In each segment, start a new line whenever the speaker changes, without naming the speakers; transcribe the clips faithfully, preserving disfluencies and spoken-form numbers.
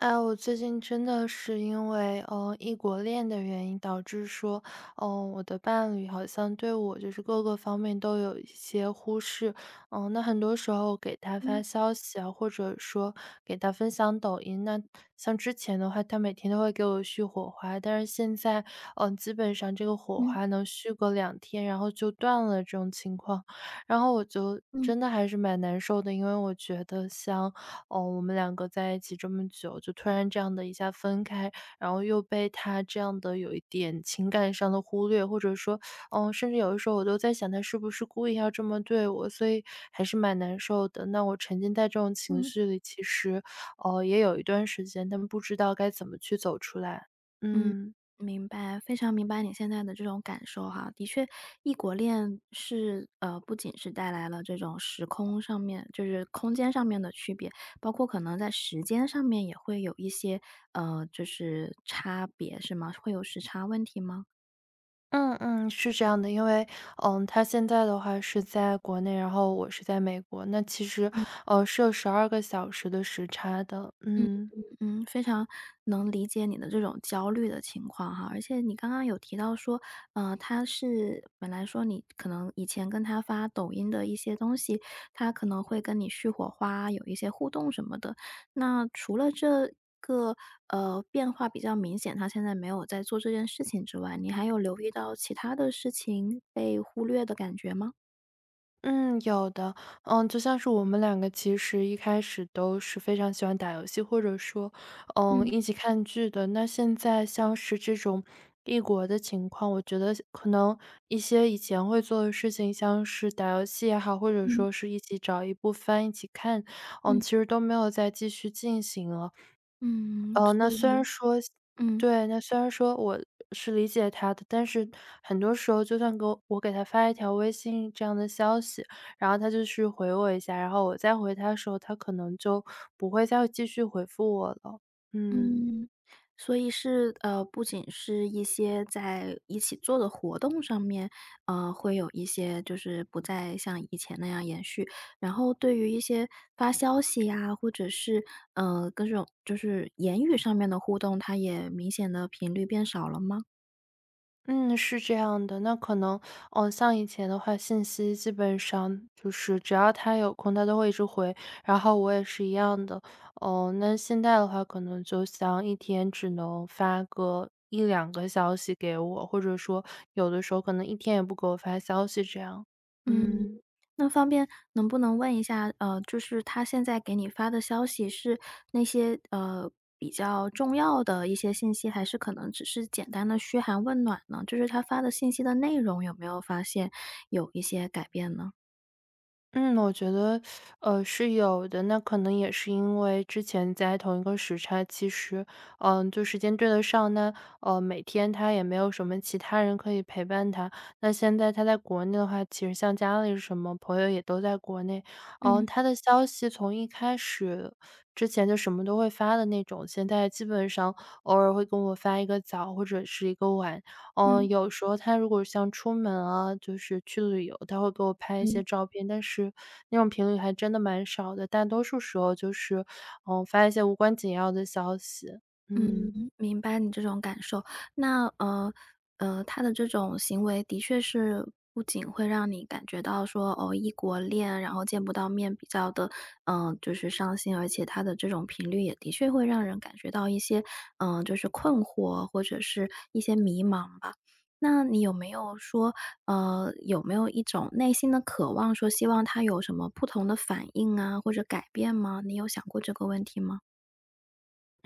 哎，我最近真的是因为，呃，异国恋的原因，导致说，嗯我的伴侣好像对我就是各个方面都有一些忽视。嗯、那很多时候给他发
嗯
消息啊，或者说给他分享抖音，那像之前的话，他每天都会给我续火花，但是现在，嗯、基本上这个火
嗯
花能续个两天，然后就断了这种情况，然后我就。
嗯
真的还是蛮难受的，因为我觉得像哦，我们两个在一起这么久，就突然这样的一下分开，然后又被他这样的有一点情感上的忽略，或者说，嗯，甚至有的时候我都在想他是不是故意要这么对我，所以还是蛮难受的。那我沉浸在这种情
嗯
绪里，其实，呃，也有一段时间，但不知道该怎么去走出来。
嗯，
嗯。
明白，非常明白你现在的这种感受哈。的确，异国恋是呃，不仅是带来了这种时空上面，就是空间上面的区别，包括可能在时间上面也会有一些呃，就是差别，是吗？会有时差问题吗？
嗯嗯，是这样的，因为嗯，他现在的话是在国内，然后我是在美国，那其实呃是有十二个小时的时差的，
嗯。
嗯。
嗯，非常能理解你的这种焦虑的情况哈，而且你刚刚有提到说，呃，他是本来说你可能以前跟他发抖音的一些东西，他可能会跟你续火花，有一些互动什么的。那除了这个呃变化比较明显，他现在没有在做这件事情之外，你还有留意到其他的事情被忽略的感觉吗？
嗯，有的。嗯，就像是我们两个其实一开始都是非常喜欢打游戏，或者说，嗯，
嗯
一起看剧的。那现在像是这种异国的情况，我觉得可能一些以前会做的事情，像是打游戏也好，或者
嗯
说是一起找一部番一起看，嗯，
嗯
其实都没有再继续进行了。
嗯，
哦，那
所
虽
以
然说
嗯。
对，那虽然说我是理解他的，但是很多时候就算给我我给他发一条微信这样的消息，然后他就是回我一下，然后我再回他的时候，他可能就不会再继续回复我了。嗯。
嗯，所以是呃，不仅是一些在一起做的活动上面，呃，会有一些就是不再像以前那样延续。然后对于一些发消息呀，或者是呃，各种就是言语上面的互动，它也明显的频率变少了吗？
嗯，是这样的。那可能，哦，像以前的话，信息基本上就是只要他有空，他都会一直回，然后我也是一样的。哦，那现在的话，可能就像一天只能发个一两个消息给我，或者说有的时候可能一天也不给我发消息这样。
嗯，
嗯。
那方便能不能问一下，呃，就是他现在给你发的消息是那些，呃，比较重要的一些信息，还是可能只是简单的嘘寒问暖呢？就是他发的信息的内容有没有发现有一些改变呢？
嗯，我觉得，呃，是有的。那可能也是因为之前在同一个时差，其实，嗯、就时间对得上。那呃，每天他也没有什么其他人可以陪伴他。那现在他在国内的话，其实像家里什么朋友也都在国内。嗯、
嗯
他的消息从一开始之前就什么都会发的那种，现在基本上偶尔会跟我发一个早或者是一个晚。嗯，呃
嗯
有时候他如果像出门啊，就是去旅游，他会给我拍一些
嗯。
照片，但是那种频率还真的蛮少的，大多数时候就是，嗯、发一些无关紧要的消息。嗯。
嗯，明白你这种感受。那呃呃，他的这种行为的确是不仅会让你感觉到说哦，异国恋，然后见不到面比较的，嗯、就是伤心，而且他的这种频率也的确会让人感觉到一些，嗯、就是困惑或者是一些迷茫吧。那你有没有说，呃，有没有一种内心的渴望，说希望他有什么不同的反应啊，或者改变吗？你有想过这个问题吗？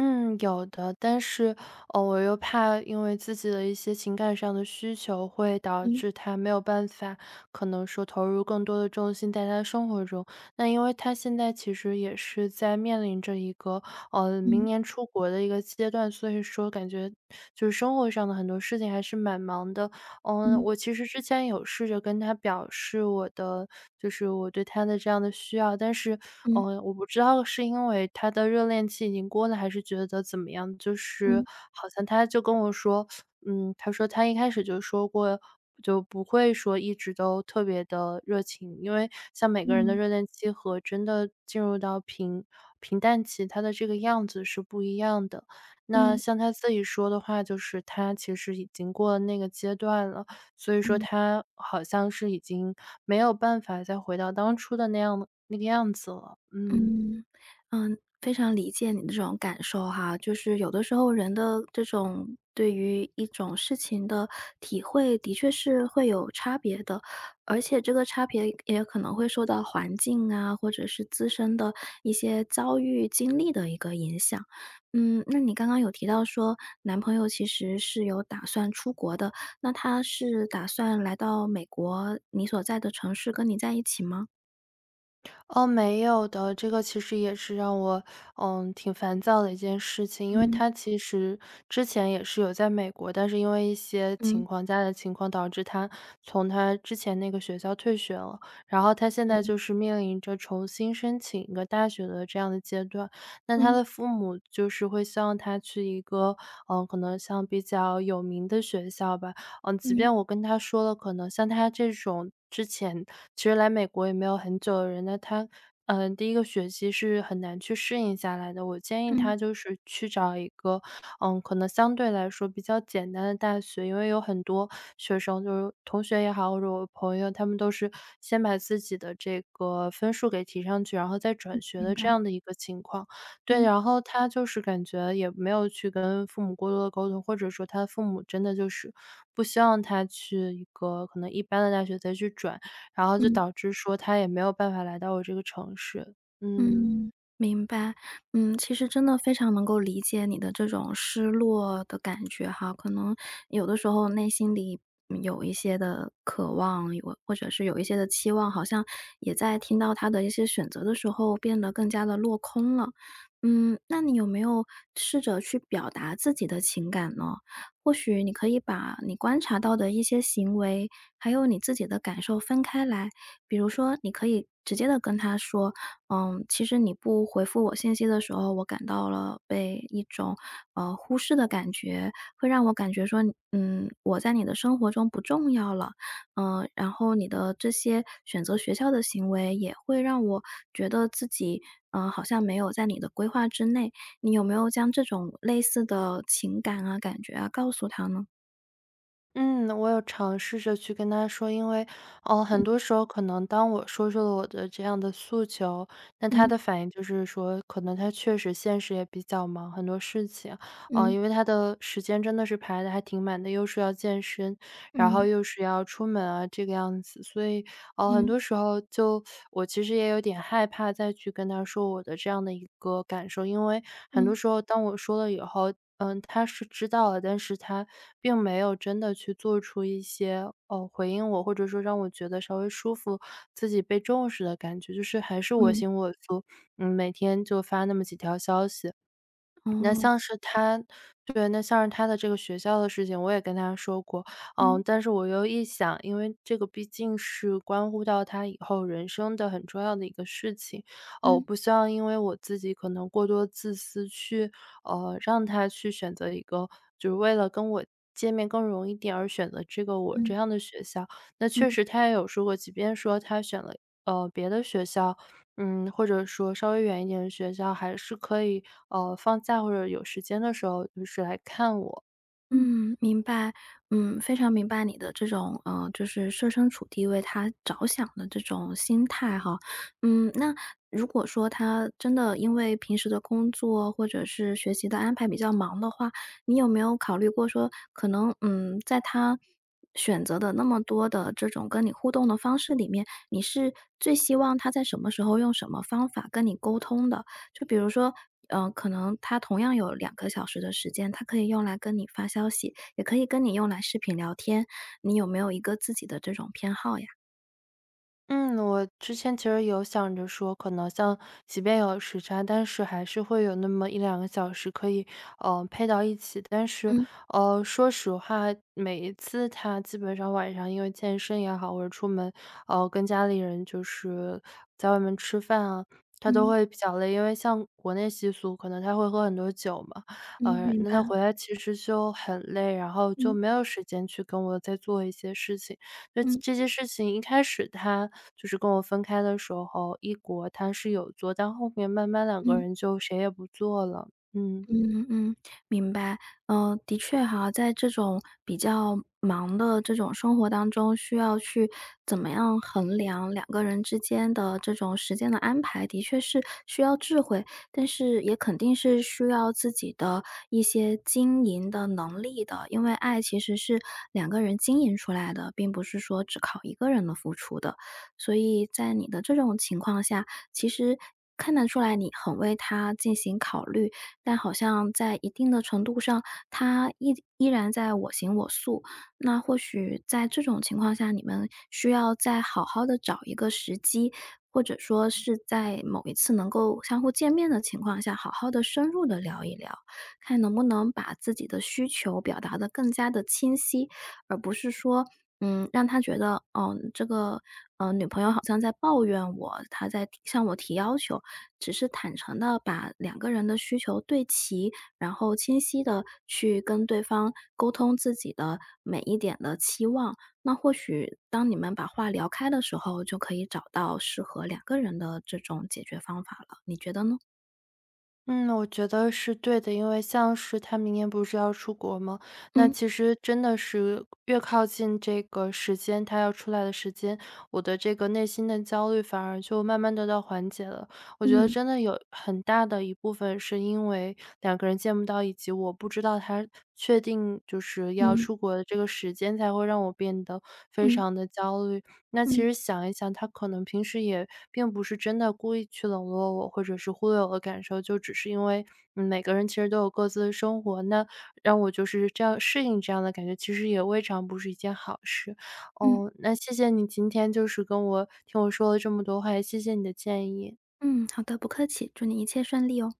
嗯，有的，但是，呃，我又怕因为自己的一些情感上的需求，会导
嗯
致他没有办法，可能说投入更多的重心在他的生活中。那因为他现在其实也是在面临着一个，呃，明
嗯
年出国的一个阶段，所以说感觉就是生活上的很多事情还是蛮忙的。嗯，
嗯。
我其实之前有试着跟他表示我的就是我对他的这样的需要，但是，
嗯
嗯，我不知道是因为他的热恋期已经过了，还是觉得怎么样，就是
嗯
好像他就跟我说，嗯，他说他一开始就说过，就不会说一直都特别的热情，因为像每个人的
嗯
热恋期和真的进入到平平淡期，他的这个样子是不一样的。那
嗯
像他自己说的话，就是他其实已经过了那个阶段了，所以说
嗯
他好像是已经没有办法再回到当初的那样那个样子了。嗯。
嗯嗯，非常理解你的这种感受哈。就是有的时候人的这种对于一种事情的体会，的确是会有差别的，而且这个差别也可能会受到环境啊，或者是自身的一些遭遇经历的一个影响。嗯，那你刚刚有提到说，男朋友其实是有打算出国的，那他是打算来到美国你所在的城市跟你在一起吗？
哦，没有的，这个其实也是让我，嗯，挺烦躁的一件事情。因为
嗯
他其实之前也是有在美国，但是因为一些情
嗯
况家里的情况导致他从他之前那个学校退学了，然后他现在就是面临着重新申请一个大学的这样的阶段。那他
嗯
的父母就是会希望他去一个，嗯，可能像比较有名的学校吧，嗯，即
嗯
便我跟他说了，可能像他这种之前其实来美国也没有很久的人，那他嗯，呃第一个学期是很难去适应下来的。我建议
嗯
他就是去找一个，嗯，可能相对来说比较简单的大学，因为有很多学生，就是同学也好，或者我朋友，他们都是先把自己的这个分数给提上去，然后再转学的这样的一个情况。对，
嗯
然后他就是感觉也没有去跟父母过多的沟通，或者说他的父母真的就是不希望他去一个可能一般的大学再去转，然后就
嗯。
导致说他也没有办法来到我这个城市，嗯。
嗯，明白。嗯，其实真的非常能够理解你的这种失落的感觉哈，可能有的时候内心里嗯有一些的渴望，有或者是有一些的期望，好像也在听到他的一些选择的时候变得更加的落空了。嗯，那你有没有试着去表达自己的情感呢？或许你可以把你观察到的一些行为，还有你自己的感受分开来。比如说，你可以直接的跟他说嗯，其实你不回复我信息的时候，我感到了被一种，呃，忽视的感觉，会让我感觉说，嗯，我在你的生活中不重要了。嗯，然后你的这些选择学校的行为也会让我觉得自己，呃，好像没有在你的规划之内。你有没有将这种类似的情感啊、感觉啊告诉他呢？
嗯，我有尝试着去跟他说，因为，哦，很多
嗯
时候可能当我说出了我的这样的诉求，那他
嗯
的反应就是说，可能他确实现实也比较忙，很多事情，啊，
嗯
因为他的时间真的是排的还挺满的，又是要健身，然后
嗯
又是要出门啊，这个样子，所以，呃，很
嗯
多时候就我其实也有点害怕再去跟他说我的这样的一个感受，因为很
嗯
多时候当我说了以后，嗯，他是知道了，但是他并没有真的去做出一些呃回应我，或者说让我觉得稍微舒服、自己被重视的感觉，就是还是我
嗯，
行我素，嗯，每天就发那么几条消息，那
哦，
像是他对，那像是他的这个学校的事情，我也跟他说过。嗯，
嗯
但是我又一想，因为这个毕竟是关乎到他以后人生的很重要的一个事情，呃，我
嗯
不希望因为我自己可能过多自私去，呃，让他去选择一个，就是为了跟我见面更容易点而选择这个我
嗯
这样的学校。那
嗯。
确实他也有说过，即便说他选了，呃，别的学校，嗯，或者说稍微远一点的学校还是可以，呃，放假或者有时间的时候，就是来看我。
嗯，明白，嗯，非常明白你的这种，呃，就是设身处地为他着想的这种心态哈。嗯，那如果说他真的因为平时的工作或者是学习的安排比较忙的话，你有没有考虑过说，可能，嗯，在他选择的那么多的这种跟你互动的方式里面，你是最希望他在什么时候用什么方法跟你沟通的？就比如说，呃，可能他同样有两个小时的时间，他可以用来跟你发消息，也可以跟你用来视频聊天，你有没有一个自己的这种偏好呀？
嗯，我之前其实有想着说，可能像即便有时差，但是还是会有那么一两个小时可以，呃，配到一起。但是，
嗯，
呃，说实话，每一次他基本上晚上因为健身也好，或者出门，呃，跟家里人就是在外面吃饭啊，他都
嗯，
会比较累。因为像国内习俗，可能他会喝很多酒嘛，
嗯，
呃，
明
那
白，
他回来其实就很累，然后就
嗯，
没有时间去跟我再做一些事情。这
嗯，
这些事情一开始他就是跟我分开的时候，异国他是有做，但后面慢慢两个
嗯。
人就谁也不做了。嗯。
嗯嗯，明白。呃，的确哈，在这种比较忙的这种生活当中，需要去怎么样衡量两个人之间的这种时间的安排，的确是需要智慧，但是也肯定是需要自己的一些经营的能力的。因为爱其实是两个人经营出来的，并不是说只靠一个人的付出的。所以在你的这种情况下，其实看得出来你很为他进行考虑。但好像在一定的程度上，他依依然在我行我素。那或许在这种情况下，你们需要再好好的找一个时机，或者说是在某一次能够相互见面的情况下，好好的深入的聊一聊，看能不能把自己的需求表达的更加的清晰，而不是说，嗯，让他觉得，哦，这个，呃，女朋友好像在抱怨我，她在提向我提要求，只是坦诚的把两个人的需求对齐，然后清晰的去跟对方沟通自己的每一点的期望。那或许当你们把话聊开的时候，就可以找到适合两个人的这种解决方法了，你觉得呢？
嗯，我觉得是对的，因为像是他明年不是要出国吗？那
嗯，
其实真的是越靠近这个时间，他要出来的时间，我的这个内心的焦虑反而就慢慢得到缓解了。我觉得
嗯，
真的有很大的一部分是因为两个人见不到，以及我不知道他确定就是要
嗯，
出国的这个时间，才会让我变得非
嗯，
常的焦虑。那其
嗯，
实想一想，他可能平时也并不是真的故意去冷落我，或者是忽略我的感受，就只是因为，嗯每个人其实都有各自的生活，那让我就是这样适应这样的感觉，其实也未尝不是一件好事。
嗯，
哦，那谢谢你今天就是跟我听我说了这么多话，也谢谢你的建议。
嗯，好的，不客气，祝你一切顺利哦。